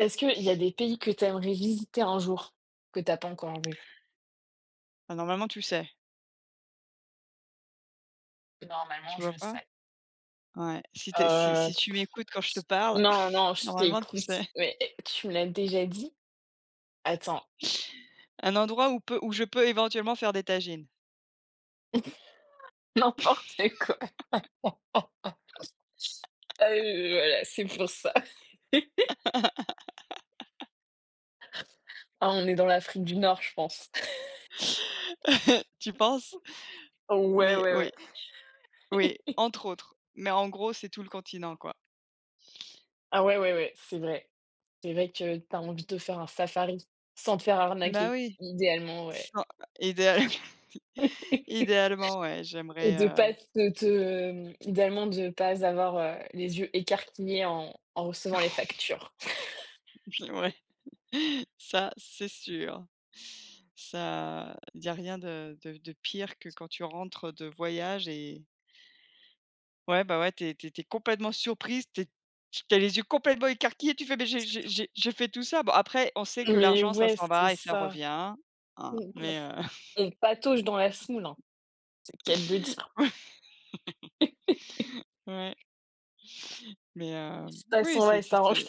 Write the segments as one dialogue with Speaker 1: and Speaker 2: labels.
Speaker 1: Est-ce qu'il y a des pays que tu aimerais visiter un jour, que t'as pas encore vu?
Speaker 2: Bah, normalement, tu sais. Tu
Speaker 1: Normalement,
Speaker 2: vois
Speaker 1: je
Speaker 2: pas?
Speaker 1: sais.
Speaker 2: Ouais. Si t'es, si si
Speaker 1: Tu
Speaker 2: tu m'écoutes quand je te parle,
Speaker 1: Non, non, je
Speaker 2: normalement, tu
Speaker 1: t'écoute,
Speaker 2: sais.
Speaker 1: mais tu me l'as déjà dit? Attends,
Speaker 2: Un endroit où je peux éventuellement faire des tagines.
Speaker 1: n'importe quoi. Ah oui, oui, voilà, c'est pour ça. Ah, on est dans l'Afrique du Nord, je pense.
Speaker 2: Tu penses?
Speaker 1: Ouais,
Speaker 2: Mais
Speaker 1: ouais,
Speaker 2: oui,
Speaker 1: ouais.
Speaker 2: oui, entre autres. Mais en gros, c'est tout le continent, quoi.
Speaker 1: Ah ouais, ouais, ouais, c'est vrai. C'est vrai que t'as envie de faire un safari, sans te faire
Speaker 2: Bah,
Speaker 1: arnaquer,
Speaker 2: oui,
Speaker 1: idéalement, ouais.
Speaker 2: sans idéal idéalement, ouais,
Speaker 1: Et
Speaker 2: j'aimerais,
Speaker 1: de pas te idéalement de pas avoir, les yeux écarquillés en recevant les factures.
Speaker 2: j'aimerais ça, c'est sûr. Ça, il y a rien de pire que quand tu rentres de voyage et ouais, bah, ouais, t'es t'es tu complètement surprise, tu es les yeux complètement écarquillés, tu fais: «Mais j'ai fait tout ça». Bon, après, on sait que
Speaker 1: Mais
Speaker 2: l'argent, ça
Speaker 1: ouais,
Speaker 2: s'en
Speaker 1: c'est
Speaker 2: va et ça
Speaker 1: ça.
Speaker 2: revient, hein,
Speaker 1: Mmh,
Speaker 2: mais
Speaker 1: on patauge dans la semoule, hein, c'est le de dire.
Speaker 2: ouais, mais hem,
Speaker 1: Ça
Speaker 2: oui,
Speaker 1: s'en va et ça range.
Speaker 2: c'est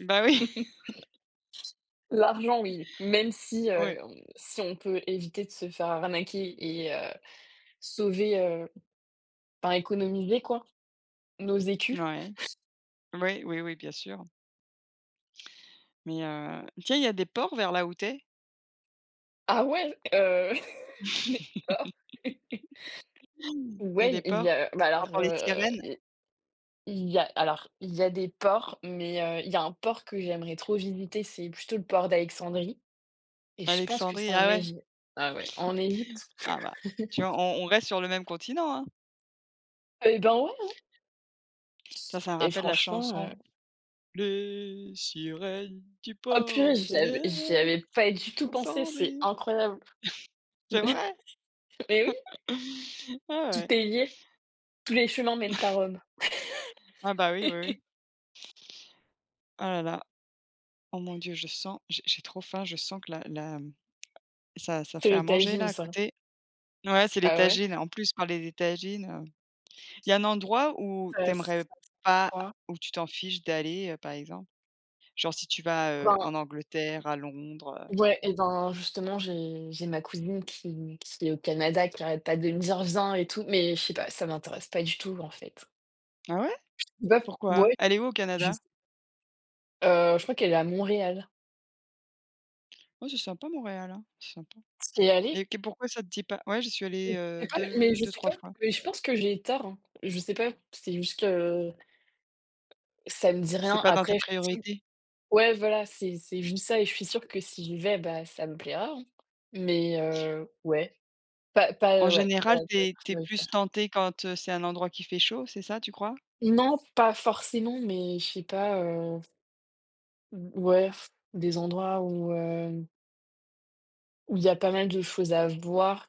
Speaker 2: bah, oui,
Speaker 1: L'argent, oui, même si,
Speaker 2: oui,
Speaker 1: si on peut éviter de se faire arnaquer et sauver, enfin économiser quoi, nos écus.
Speaker 2: ouais, oui, oui, oui, bien sûr, mais tiens, il y a des ports vers là où tu...
Speaker 1: Ah ouais, d'accord.
Speaker 2: Il y a
Speaker 1: Ouais,
Speaker 2: des
Speaker 1: il y
Speaker 2: ports?
Speaker 1: a bah alors,
Speaker 2: Tu les sirènes?
Speaker 1: Il y a des ports, mais il y a un port que j'aimerais trop visiter, c'est plutôt le port d'Alexandrie et je pense que c'est
Speaker 2: Alexandrie,
Speaker 1: en
Speaker 2: ah ouais?
Speaker 1: Égypte. Ah ouais, en Égypte.
Speaker 2: Ah bah, tu vois, on reste sur le même continent, hein.
Speaker 1: Et ben, ouais, hein,
Speaker 2: Ça me
Speaker 1: et
Speaker 2: rappelle la
Speaker 1: franchement,
Speaker 2: chanson. Les sirènes du
Speaker 1: oh purée,
Speaker 2: port
Speaker 1: j'y avais j'y
Speaker 2: d'Alexandrie.
Speaker 1: avais pas du tout pensé, c'est incroyable.
Speaker 2: C'est vrai?
Speaker 1: Mais oui,
Speaker 2: Ah ouais.
Speaker 1: tout est lié, tous les chemins mènent à Rome.
Speaker 2: Ah bah, oui, oui, oui. Ah là là. Oh mon Dieu, je sens j'ai trop faim, je sens que la la ça ça fait
Speaker 1: C'est
Speaker 2: à
Speaker 1: le
Speaker 2: manger là
Speaker 1: tagine
Speaker 2: à
Speaker 1: ça.
Speaker 2: côté. Ouais, c'est les
Speaker 1: Ah ouais?
Speaker 2: tagines. En plus, par les tagines, il y a un endroit où
Speaker 1: Ça
Speaker 2: t'aimerais
Speaker 1: se
Speaker 2: pas
Speaker 1: croit.
Speaker 2: où tu t'en fiches d'aller, par exemple? Genre si tu vas,
Speaker 1: Ben,
Speaker 2: en Angleterre, à Londres,
Speaker 1: ouais, et ben, justement, j'ai ma cousine qui est au Canada, qui arrête pas de me dire: «Viens» et tout, mais je sais pas, ça m'intéresse pas du tout, en fait.
Speaker 2: Ah ouais?
Speaker 1: Bah,
Speaker 2: Pourquoi?
Speaker 1: ouais,
Speaker 2: Elle est où au
Speaker 1: je
Speaker 2: Canada?
Speaker 1: sais je crois qu'elle est à Montréal.
Speaker 2: Oh, c'est sympa Montréal, hein? C'est sympa.
Speaker 1: Tu y es allée?
Speaker 2: Et que pourquoi ça te dit pas? Ouais, j'y suis allée,
Speaker 1: Je
Speaker 2: deux,
Speaker 1: je
Speaker 2: 2
Speaker 1: sais
Speaker 2: 3
Speaker 1: pas,
Speaker 2: fois.
Speaker 1: mais je pense que j'ai tort, hein. Je sais pas, c'est juste que ça me dit rien.
Speaker 2: C'est pas dans tes
Speaker 1: Après, je suis sûre,
Speaker 2: priorités?
Speaker 1: ouais, voilà, c'est juste ça et je suis sûre que si j'y vais, bah, ça me plaira, hein, mais ouais, pas
Speaker 2: En
Speaker 1: pas ouais, pas
Speaker 2: général,
Speaker 1: pas
Speaker 2: t'es plus
Speaker 1: prioritaire.
Speaker 2: tentée quand, c'est un endroit qui fait chaud, c'est ça, tu crois?
Speaker 1: Non, pas forcément, mais je sais pas, Mmh, ouais, pff, des endroits où il y a pas mal de choses à voir.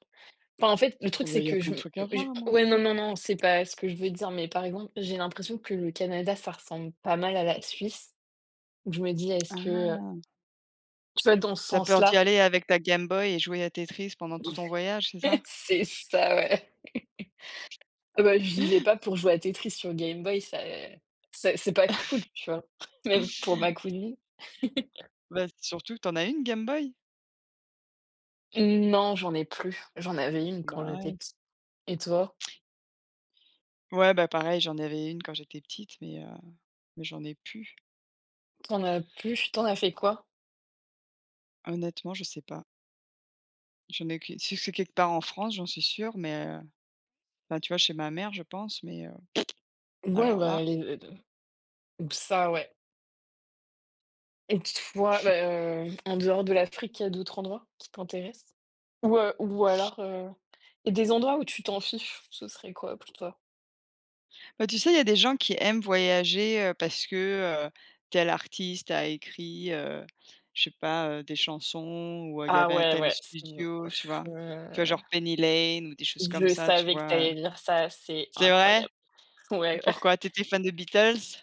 Speaker 1: Enfin, en fait, le
Speaker 2: Oh
Speaker 1: truc,
Speaker 2: bah,
Speaker 1: c'est
Speaker 2: il y a
Speaker 1: que
Speaker 2: plein
Speaker 1: je
Speaker 2: de
Speaker 1: m
Speaker 2: trucs à voir
Speaker 1: je
Speaker 2: à
Speaker 1: ouais, non,
Speaker 2: Montréal.
Speaker 1: non, non, c'est pas ce que je veux dire, mais par exemple, j'ai l'impression que le Canada, ça ressemble pas mal à la Suisse. Donc je me dis: «Est-ce que,
Speaker 2: Ah!
Speaker 1: tu vois, dans ce
Speaker 2: T'as peur d'y
Speaker 1: sens-là,
Speaker 2: aller avec ta Game Boy et jouer à Tetris pendant tout ton voyage, c'est ça?
Speaker 1: c'est ça, ouais. Ah bah, j'y vais pas pour jouer à Tetris sur Game Boy, ça c'est pas cool, tu vois? Même pour ma cousine.
Speaker 2: Bah, surtout que tu as une Game Boy?
Speaker 1: Non, j'en ai plus. J'en avais une
Speaker 2: Bah,
Speaker 1: quand j'étais
Speaker 2: ouais.
Speaker 1: petite. Et toi?
Speaker 2: Ouais, bah, pareil, j'en avais une quand j'étais petite, mais, j'en ai plus.
Speaker 1: T'en as plus? T'en as fait quoi?
Speaker 2: Honnêtement, je sais pas. J'en ai aucune si c'est quelque part en France, j'en suis sûre, mais, enfin, tu vois, chez ma mère, je pense, mais,
Speaker 1: Ouais,
Speaker 2: alors là...
Speaker 1: bah, les ça, ouais. Et toi, bah, en dehors de l'Afrique, il y a d'autres endroits qui t'intéressent? Ou alors, et des endroits où tu t'en fiches, ce serait quoi pour toi?
Speaker 2: Bah, tu sais, il y a des gens qui aiment voyager, parce que, tel artiste a écrit, je sais pas, des chansons ou, il y
Speaker 1: Ah
Speaker 2: avait un
Speaker 1: ouais,
Speaker 2: tel
Speaker 1: ouais, c'est bon.
Speaker 2: studio, tu vois? Tu vois,
Speaker 1: Je
Speaker 2: genre Penny Lane ou des choses comme
Speaker 1: je
Speaker 2: ça, tu
Speaker 1: savais que
Speaker 2: vois.
Speaker 1: t'allais dire ça, c'est
Speaker 2: C'est
Speaker 1: incroyable.
Speaker 2: vrai?
Speaker 1: Ouais.
Speaker 2: Pourquoi? T'étais fan de Beatles?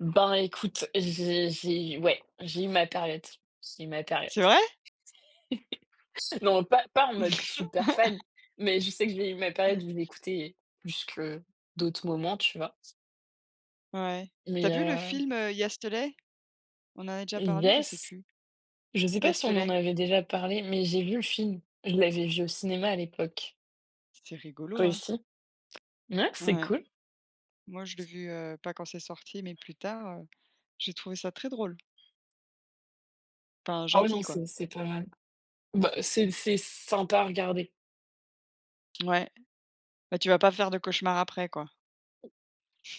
Speaker 1: Ben, écoute, j'ai ouais, j'ai eu ma période. J'ai eu ma période.
Speaker 2: C'est vrai?
Speaker 1: Non, pas en mode super fan, mais je sais que j'ai eu ma période où j'écoutais plus que d'autres moments, tu vois?
Speaker 2: Ouais. T'as vu le
Speaker 1: Mais
Speaker 2: film, Yesterday? On en a déjà parlé? Je sais
Speaker 1: yes,
Speaker 2: plus.
Speaker 1: je sais pas si on en
Speaker 2: Yesterday?
Speaker 1: avait déjà parlé, mais j'ai vu le film. Je l'avais vu au cinéma à l'époque.
Speaker 2: C'est rigolo,
Speaker 1: Toi
Speaker 2: hein?
Speaker 1: aussi? Ouais, c'est
Speaker 2: Ouais.
Speaker 1: cool.
Speaker 2: Moi, je l'ai vu, pas quand c'est sorti, mais plus tard, j'ai trouvé ça très drôle. Enfin,
Speaker 1: Ah oui,
Speaker 2: gentil,
Speaker 1: non,
Speaker 2: quoi.
Speaker 1: c'est pas mal. Bah, c'est sympa à regarder.
Speaker 2: Ouais. Bah, tu vas pas faire de cauchemar après, quoi?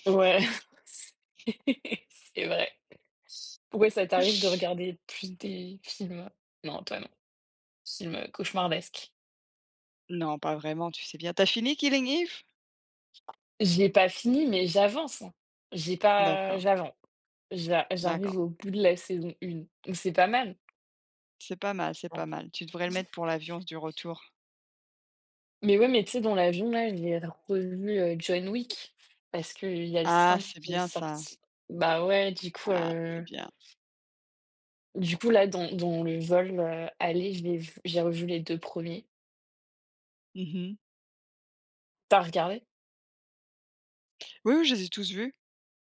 Speaker 1: Ouais, c'est c'est vrai. Pourquoi ça t'arrive de regarder plus des films? Non, toi non. Films cauchemardesques.
Speaker 2: Non, pas vraiment, tu sais bien. T'as fini Killing Eve?
Speaker 1: J'ai pas fini, mais j'avance, hein. J'ai pas,
Speaker 2: D'accord,
Speaker 1: j'avance. J'arrive
Speaker 2: d'accord.
Speaker 1: au bout de la saison 1. Donc c'est pas mal.
Speaker 2: C'est pas mal, c'est pas mal. Tu devrais le mettre pour l'avion du retour.
Speaker 1: Mais ouais, mais tu sais, dans l'avion, là, j'ai revu, John Wick parce qu'il y a le
Speaker 2: Ah,
Speaker 1: 5
Speaker 2: c'est
Speaker 1: qui est
Speaker 2: bien ça.
Speaker 1: sorti. Bah, ouais,
Speaker 2: Ah, c'est bien.
Speaker 1: du coup, là, dans le vol, aller, je l'ai vu j'ai revu les 2 premiers.
Speaker 2: Mmh.
Speaker 1: T'as regardé?
Speaker 2: Oui, oui, je les ai tous vus.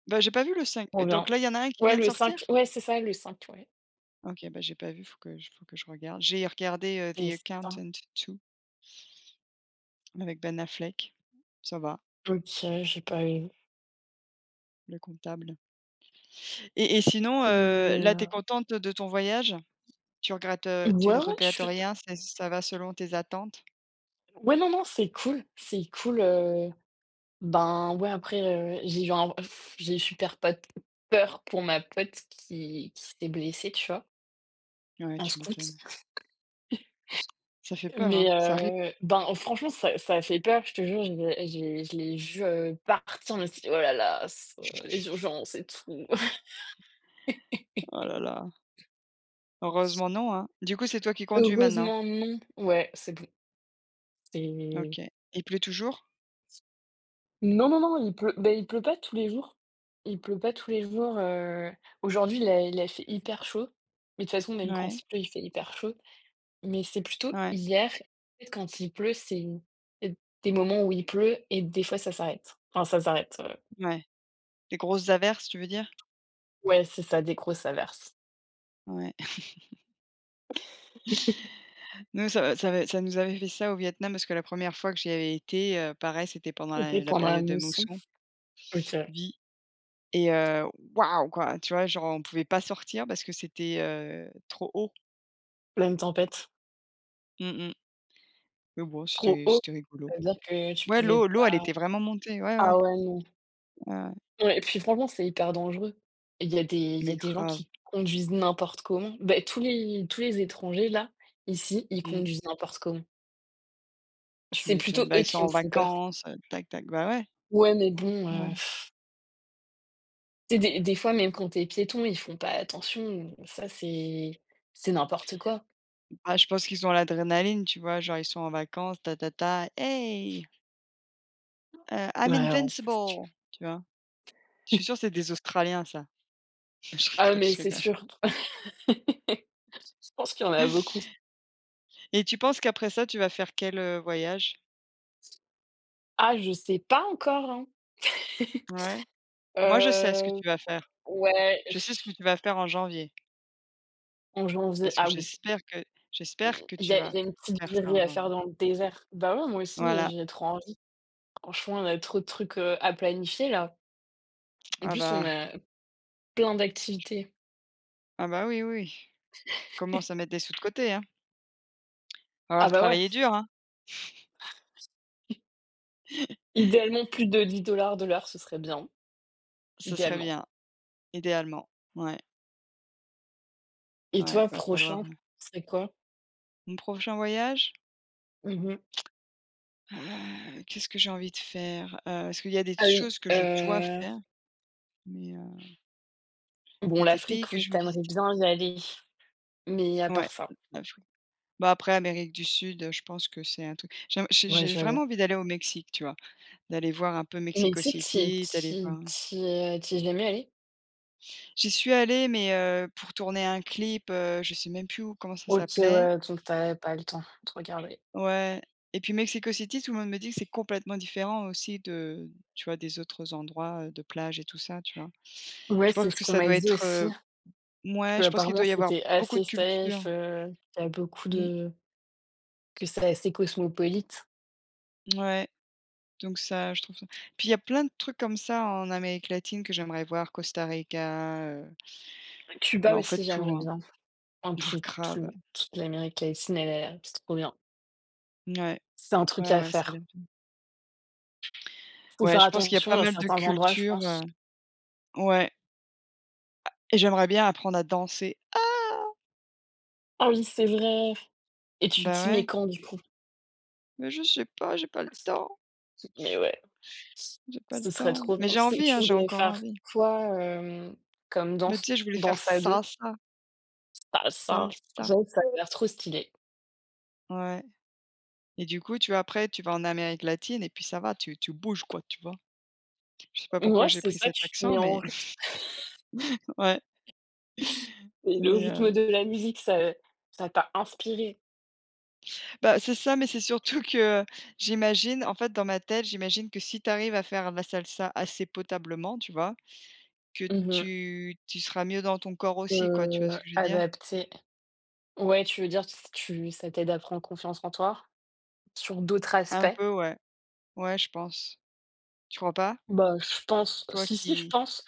Speaker 2: Bah, j'ai pas vu le 5.
Speaker 1: Trop
Speaker 2: Donc
Speaker 1: bien.
Speaker 2: là, il y en a un qui
Speaker 1: Ouais,
Speaker 2: vient de
Speaker 1: le cinq
Speaker 2: sortir?
Speaker 1: ouais, c'est ça, le 5 ouais.
Speaker 2: OK, bah, j'ai pas vu, faut que je regarde. J'ai regardé, The
Speaker 1: Et ça
Speaker 2: Accountant 2 avec Ben Affleck. Ça va,
Speaker 1: OK, j'ai pas eu.
Speaker 2: le comptable. Et sinon, là, t'es
Speaker 1: Heu,
Speaker 2: contente de ton voyage? Tu
Speaker 1: ouais,
Speaker 2: ne
Speaker 1: ouais, je
Speaker 2: regrettes
Speaker 1: suis
Speaker 2: rien, c'est ça va selon tes attentes?
Speaker 1: ouais, non, non, c'est cool, Ben, ouais, après, j'ai eu super pote peur pour ma pote qui s'est blessée, tu vois?
Speaker 2: Ouais,
Speaker 1: En
Speaker 2: tu
Speaker 1: scout.
Speaker 2: m'étonnes. Ça fait peur,
Speaker 1: Mais,
Speaker 2: hein, ça arrive.
Speaker 1: ben, oh, franchement, ça a fait peur, je te jure, j'ai je l'ai vu partir, je me suis dit: «Oh là là, ce les urgences et tout».
Speaker 2: Oh là là. Heureusement non, hein. Du coup, c'est toi qui conduis maintenant?
Speaker 1: Heureusement, non. Ouais, c'est bon, c'est
Speaker 2: OK. Il pleut toujours?
Speaker 1: non, non, non, il pleut, ben il pleut pas tous les jours. Il pleut pas tous les jours, aujourd'hui, il a fait hyper chaud, mais de toute façon, même quand
Speaker 2: Ouais,
Speaker 1: il pleut, il fait hyper chaud. Mais c'est plutôt
Speaker 2: ouais,
Speaker 1: hier, en fait, quand il pleut, c'est des moments où il pleut et des fois ça s'arrête. Enfin ça s'arrête,
Speaker 2: ouais. Les grosses averses, tu veux dire?
Speaker 1: ouais, c'est ça, des grosses averses.
Speaker 2: Ouais. Nous, ça nous avait fait ça au Vietnam parce que la première fois que j'y avais été, pareil, c'était pendant
Speaker 1: C'était
Speaker 2: la
Speaker 1: pendant la
Speaker 2: période de
Speaker 1: mousson.
Speaker 2: mousson,
Speaker 1: OK.
Speaker 2: vie et waouh, quoi, tu vois? Genre, on pouvait pas sortir parce que c'était, trop haut.
Speaker 1: Pleine tempête.
Speaker 2: Mmh mh. Mais bon,
Speaker 1: Trop
Speaker 2: c'était
Speaker 1: haut,
Speaker 2: c'était rigolo.
Speaker 1: ça veut dire que tu
Speaker 2: Ouais,
Speaker 1: pouvais
Speaker 2: l'eau l'eau, elle
Speaker 1: pas,
Speaker 2: était vraiment montée, ouais, ouais,
Speaker 1: ah ouais, non.
Speaker 2: ouais, ouais,
Speaker 1: Ouais et puis franchement, c'est hyper dangereux. Il y
Speaker 2: mais
Speaker 1: a des gens
Speaker 2: grave.
Speaker 1: qui conduisent n'importe comment. Beh, tous les étrangers là, ici, ils
Speaker 2: Mmh,
Speaker 1: conduisent n'importe comment.
Speaker 2: tu
Speaker 1: C'est
Speaker 2: m'étonnes.
Speaker 1: plutôt
Speaker 2: Bah,
Speaker 1: eux
Speaker 2: ils sont
Speaker 1: qui me
Speaker 2: en
Speaker 1: font peur.
Speaker 2: vacances, tac, tac, bah, ouais,
Speaker 1: Ouais, mais bon,
Speaker 2: ouais.
Speaker 1: tu sais, des fois, même quand t'es piéton, ils font pas attention, ça c'est n'importe quoi.
Speaker 2: Bah, je pense qu'ils ont l'adrénaline, tu vois? Genre, ils sont en vacances, ta, ta, ta: «Hey, I'm
Speaker 1: Ouais, ouais.
Speaker 2: invincible!» tu vois? Je suis sûre que c'est des Australiens ça. Je
Speaker 1: Ah
Speaker 2: rigole,
Speaker 1: mais
Speaker 2: je
Speaker 1: c'est
Speaker 2: rigole.
Speaker 1: sûr. Je pense qu'il y en a beaucoup.
Speaker 2: Et tu penses qu'après ça, tu vas faire quel, voyage?
Speaker 1: Ah je sais pas encore, hein.
Speaker 2: Ouais? Moi, je sais ce que
Speaker 1: Heu,
Speaker 2: tu vas faire.
Speaker 1: ouais,
Speaker 2: Je sais ce que
Speaker 1: pff,
Speaker 2: tu vas faire en janvier,
Speaker 1: en janvier,
Speaker 2: parce que
Speaker 1: ah oui,
Speaker 2: j'espère que
Speaker 1: il
Speaker 2: j'espère que
Speaker 1: y
Speaker 2: tu
Speaker 1: a il
Speaker 2: vas
Speaker 1: y a une petite
Speaker 2: faire ça en
Speaker 1: virée à faire
Speaker 2: janvier.
Speaker 1: dans le désert. Bah ouais, moi aussi,
Speaker 2: Voilà.
Speaker 1: j'ai trop envie. Franchement, on a trop de trucs, à planifier là. En
Speaker 2: Ah
Speaker 1: plus,
Speaker 2: bah
Speaker 1: on a plein d'activités.
Speaker 2: ah bah, oui, oui. Commence à mettre des sous de côté, hein. Va
Speaker 1: Ah
Speaker 2: falloir
Speaker 1: bah ouais,
Speaker 2: travailler dur, hein.
Speaker 1: idéalement plus de 10 $ de l'heure, ce serait bien,
Speaker 2: Ce serait
Speaker 1: idéalement.
Speaker 2: bien, idéalement. Ouais,
Speaker 1: Et
Speaker 2: ouais,
Speaker 1: toi,
Speaker 2: va falloir
Speaker 1: prochain, ce serait quoi?
Speaker 2: mon prochain voyage?
Speaker 1: Mmh
Speaker 2: Qu'est-ce que j'ai envie de faire? Est-ce qu'il y a des
Speaker 1: Ah oui,
Speaker 2: choses que je dois faire, mais
Speaker 1: bon,
Speaker 2: des pays
Speaker 1: l'Afrique,
Speaker 2: que
Speaker 1: oui,
Speaker 2: je
Speaker 1: tu
Speaker 2: vais visiter.
Speaker 1: bien y aller, mais à part
Speaker 2: Ouais,
Speaker 1: ça,
Speaker 2: l'Afrique. Bah, après Amérique du Sud, je pense que c'est un truc j'aime
Speaker 1: ouais,
Speaker 2: j'ai
Speaker 1: j'avoue.
Speaker 2: vraiment envie d'aller au Mexique, tu vois? D'aller voir un peu
Speaker 1: Mais
Speaker 2: Mexico
Speaker 1: tu sais que
Speaker 2: City, d'aller voir...
Speaker 1: tu y es jamais allée?
Speaker 2: j'y suis allée mais pour tourner un clip, je sais même plus où comment ça
Speaker 1: OK,
Speaker 2: s'appelait.
Speaker 1: ouais, donc t'as pas le temps de regarder.
Speaker 2: Ouais et puis Mexico City, tout le monde me dit que c'est complètement différent aussi de... tu vois, des autres endroits, de plage et tout ça, tu vois? Je
Speaker 1: Ouais, c'est
Speaker 2: pense
Speaker 1: ce
Speaker 2: que
Speaker 1: qu'on
Speaker 2: ça
Speaker 1: m'a
Speaker 2: doit
Speaker 1: dit
Speaker 2: être,
Speaker 1: aussi,
Speaker 2: mouais,
Speaker 1: que,
Speaker 2: je pense qu'il
Speaker 1: apparemment,
Speaker 2: doit y avoir
Speaker 1: c'était
Speaker 2: beaucoup
Speaker 1: assez
Speaker 2: de culture.
Speaker 1: safe, qu'il y a beaucoup
Speaker 2: Mmh,
Speaker 1: de que c'est assez cosmopolite.
Speaker 2: ouais, donc ça, je trouve ça... puis il y a plein de trucs comme ça en Amérique latine que j'aimerais voir, Costa Rica,
Speaker 1: Cuba
Speaker 2: bah, en fait
Speaker 1: aussi,
Speaker 2: tout,
Speaker 1: j'aimerais
Speaker 2: hein.
Speaker 1: bien. Enfin,
Speaker 2: Oh grave.
Speaker 1: toute l'Amérique latine, elle a l'air c'est trop bien.
Speaker 2: Ouais,
Speaker 1: C'est un truc
Speaker 2: ouais,
Speaker 1: à
Speaker 2: ouais, ça a
Speaker 1: faire.
Speaker 2: l'air...
Speaker 1: Faut
Speaker 2: ouais,
Speaker 1: faire
Speaker 2: je pense qu'il y a pas
Speaker 1: attention à
Speaker 2: mal de
Speaker 1: certains endroits, je
Speaker 2: cultures,
Speaker 1: pense.
Speaker 2: ouais et j'aimerais bien apprendre à danser.
Speaker 1: Ah oui, c'est vrai et tu
Speaker 2: Bah,
Speaker 1: t'y mets
Speaker 2: ouais,
Speaker 1: quand du coup?
Speaker 2: mais je sais pas, j'ai pas le temps.
Speaker 1: Mais ouais,
Speaker 2: J'ai pas le
Speaker 1: ce serait
Speaker 2: temps,
Speaker 1: trop bien.
Speaker 2: mais j'ai
Speaker 1: C'est
Speaker 2: envie, hein,
Speaker 1: Tu
Speaker 2: j'ai
Speaker 1: voudrais
Speaker 2: encore
Speaker 1: faire
Speaker 2: envie.
Speaker 1: quoi, comme
Speaker 2: Mais tu
Speaker 1: danse?
Speaker 2: sais, je voulais faire
Speaker 1: Danse à deux.
Speaker 2: salsa,
Speaker 1: Ah ça,
Speaker 2: salsa.
Speaker 1: j'avoue que ça a l'air trop stylé.
Speaker 2: Ouais et du coup, tu vois, après, tu vas en Amérique latine et puis ça va, tu bouges quoi, tu vois? Je sais pas pourquoi
Speaker 1: Ouais,
Speaker 2: j'ai
Speaker 1: c'est
Speaker 2: pris
Speaker 1: ça,
Speaker 2: cet
Speaker 1: tu te
Speaker 2: accent,
Speaker 1: mets en
Speaker 2: mais
Speaker 1: rythme
Speaker 2: ouais,
Speaker 1: et le
Speaker 2: mais
Speaker 1: rythme de la musique, ça t'a inspiré.
Speaker 2: bah, c'est ça, mais c'est surtout que j'imagine, en fait, dans ma tête, j'imagine que si tu arrives à faire la salsa assez potablement, tu vois? Que
Speaker 1: Mmh mh.
Speaker 2: tu seras mieux dans ton corps aussi quoi, tu vois ce que je veux dire?
Speaker 1: Adapter. Ouais, tu veux dire s tu ça t'aide à prendre confiance en toi? Sur d'autres
Speaker 2: Un
Speaker 1: aspects?
Speaker 2: peu, ouais. Ouais, je pense. Tu crois pas?
Speaker 1: Bah, je pense
Speaker 2: Toi
Speaker 1: si, si, je
Speaker 2: qui...
Speaker 1: pense.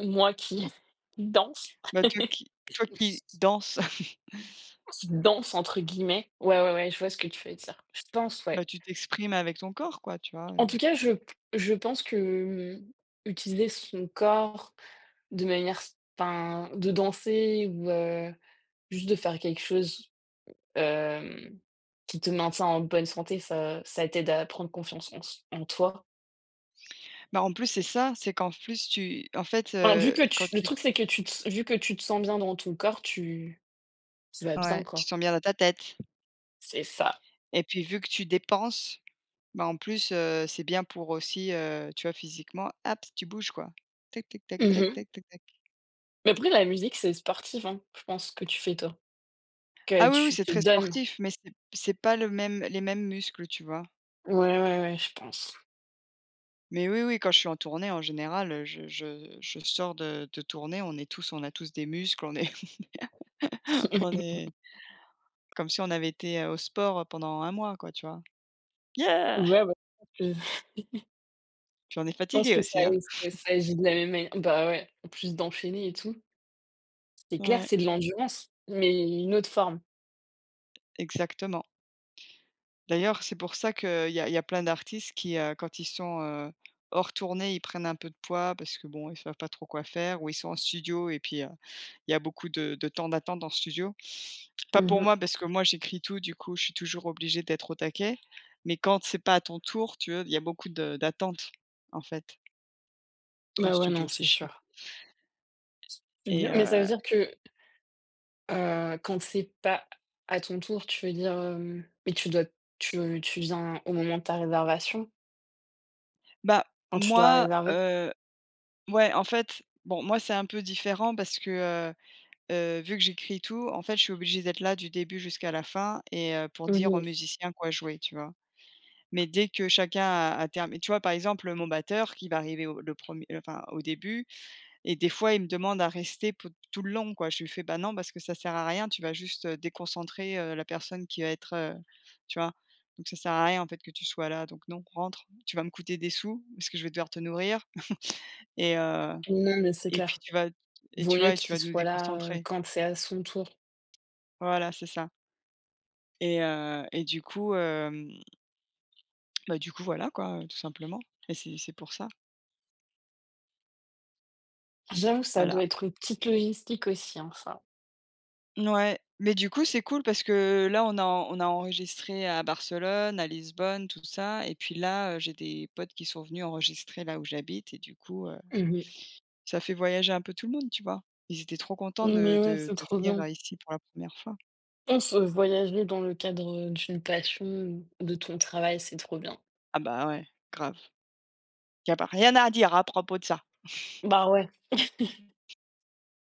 Speaker 1: Moi qui danse.
Speaker 2: Bah, toi qui danses,
Speaker 1: «Danse» entre guillemets. Ouais, ouais, ouais, je vois ce que tu veux dire. Je pense,
Speaker 2: bah,
Speaker 1: ouais.
Speaker 2: tu t'exprimes avec ton corps quoi, tu vois,
Speaker 1: En tout cas, je pense que, mmh, utiliser son corps de manière enfin, de danser ou, juste de faire quelque chose, hem, qui te maintient en bonne santé, ça t'aide à prendre confiance en toi.
Speaker 2: Bah, en plus, c'est ça, c'est qu'en plus tu en fait,
Speaker 1: Enfin, vu que
Speaker 2: quand
Speaker 1: tu le
Speaker 2: tu...
Speaker 1: truc, c'est que tu te vu que tu te sens bien dans ton corps, tu vas bien,
Speaker 2: ouais, tu te
Speaker 1: quoi.
Speaker 2: sens bien dans ta tête
Speaker 1: C'est ça.
Speaker 2: et puis vu que tu dépenses, bah, en plus, c'est bien pour aussi, tu vois, physiquement, hop, tu bouges quoi. Tac, tac, tac, tac,
Speaker 1: Mmh
Speaker 2: tac, tac, tac.
Speaker 1: Mais après la musique, c'est sportif, hein, je pense, que tu fais toi,
Speaker 2: Ah
Speaker 1: que
Speaker 2: oui, oui,
Speaker 1: tu
Speaker 2: c'est
Speaker 1: te
Speaker 2: très
Speaker 1: donnes.
Speaker 2: sportif, mais c'est pas le même les mêmes muscles, tu vois?
Speaker 1: Ouais, ouais, ouais, je pense.
Speaker 2: Mais oui, oui, quand je suis en tournée, en général, je sors de tournée, on a tous des muscles, on est on est... comme si on avait été, au sport, pendant un mois quoi, tu vois? Yeah!
Speaker 1: Ouais, bah, je
Speaker 2: Puis on est
Speaker 1: pense
Speaker 2: fatigué
Speaker 1: que ça
Speaker 2: aussi, hein.
Speaker 1: ça ça agit de la même manière. Bah, ouais, en plus d'enchaîner et tout. C'est clair,
Speaker 2: Ouais,
Speaker 1: c'est de l'endurance, mais une autre forme.
Speaker 2: exactement. D'ailleurs, c'est pour ça qu'il y a plein d'artistes qui, quand ils sont, hors tournée, ils prennent un peu de poids parce que bon, ils savent pas trop quoi faire ou ils sont en studio et puis, il y a beaucoup de temps d'attente en studio. Pas pour moi
Speaker 1: Mmh
Speaker 2: parce que moi j'écris tout, du coup, je suis toujours obligée d'être au taquet, mais quand c'est pas à ton tour, tu vois, il y a beaucoup de d'attente en fait en
Speaker 1: Bah, ouais, non,
Speaker 2: studio, c'est
Speaker 1: c'est
Speaker 2: chiant
Speaker 1: sûr. C'est
Speaker 2: et
Speaker 1: dur. Mais ça veut dire que, quand c'est pas à ton tour, tu veux dire, mais tu dois tu tu viens au moment de ta réservation?
Speaker 2: bah,
Speaker 1: Quand tu dois
Speaker 2: moi...
Speaker 1: réserver?
Speaker 2: Ouais, en fait, bon, moi, c'est un peu différent parce que, heu vu que j'écris tout, en fait, je suis obligée d'être là du début jusqu'à la fin et pour dire aux
Speaker 1: Mmh
Speaker 2: musiciens quoi jouer, tu vois? Mais dès que chacun a termi... tu vois, par exemple, mon batteur qui va arriver au le premier, enfin, au début et des fois, il me demande à rester pou tout le long, quoi. Je lui fais: «Bah, non, parce que ça sert à rien, tu vas juste, déconcentrer, la personne qui va être,» tu vois? «Donc ça sert à rien, en fait, que tu sois là, donc non, rentre. Tu vas me coûter des sous parce que je vais devoir te nourrir et heu»
Speaker 1: Non, mais c'est
Speaker 2: et puis
Speaker 1: clair.
Speaker 2: tu vas et
Speaker 1: Vaut
Speaker 2: tu vois
Speaker 1: mieux
Speaker 2: et tu vas
Speaker 1: qu'il
Speaker 2: nous
Speaker 1: soit là,
Speaker 2: déconcentrer.
Speaker 1: quand c'est à son tour.
Speaker 2: Voilà, c'est ça. Et du coup, bah, du coup, voilà quoi, tout simplement et c'est pour ça,
Speaker 1: J'avoue, ça
Speaker 2: voilà.
Speaker 1: doit être une petite logistique aussi, hein, ça.
Speaker 2: Ouais. Mais du coup, c'est cool parce que là, on a enregistré à Barcelone, à Lisbonne, tout ça et puis là, j'ai des potes qui sont venus enregistrer là où j'habite et du coup,
Speaker 1: Mmh
Speaker 2: ça fait voyager un peu tout le monde, tu vois? Ils étaient trop contents de
Speaker 1: Mais ouais,
Speaker 2: de
Speaker 1: c'est
Speaker 2: de
Speaker 1: trop
Speaker 2: venir,
Speaker 1: bien.
Speaker 2: ici pour la première fois.
Speaker 1: Pense, voyager dans le cadre, d'une passion ou de ton travail, c'est trop bien.
Speaker 2: Ah bah, ouais, grave. Il y a pas rien à dire à propos de ça.
Speaker 1: Bah, ouais.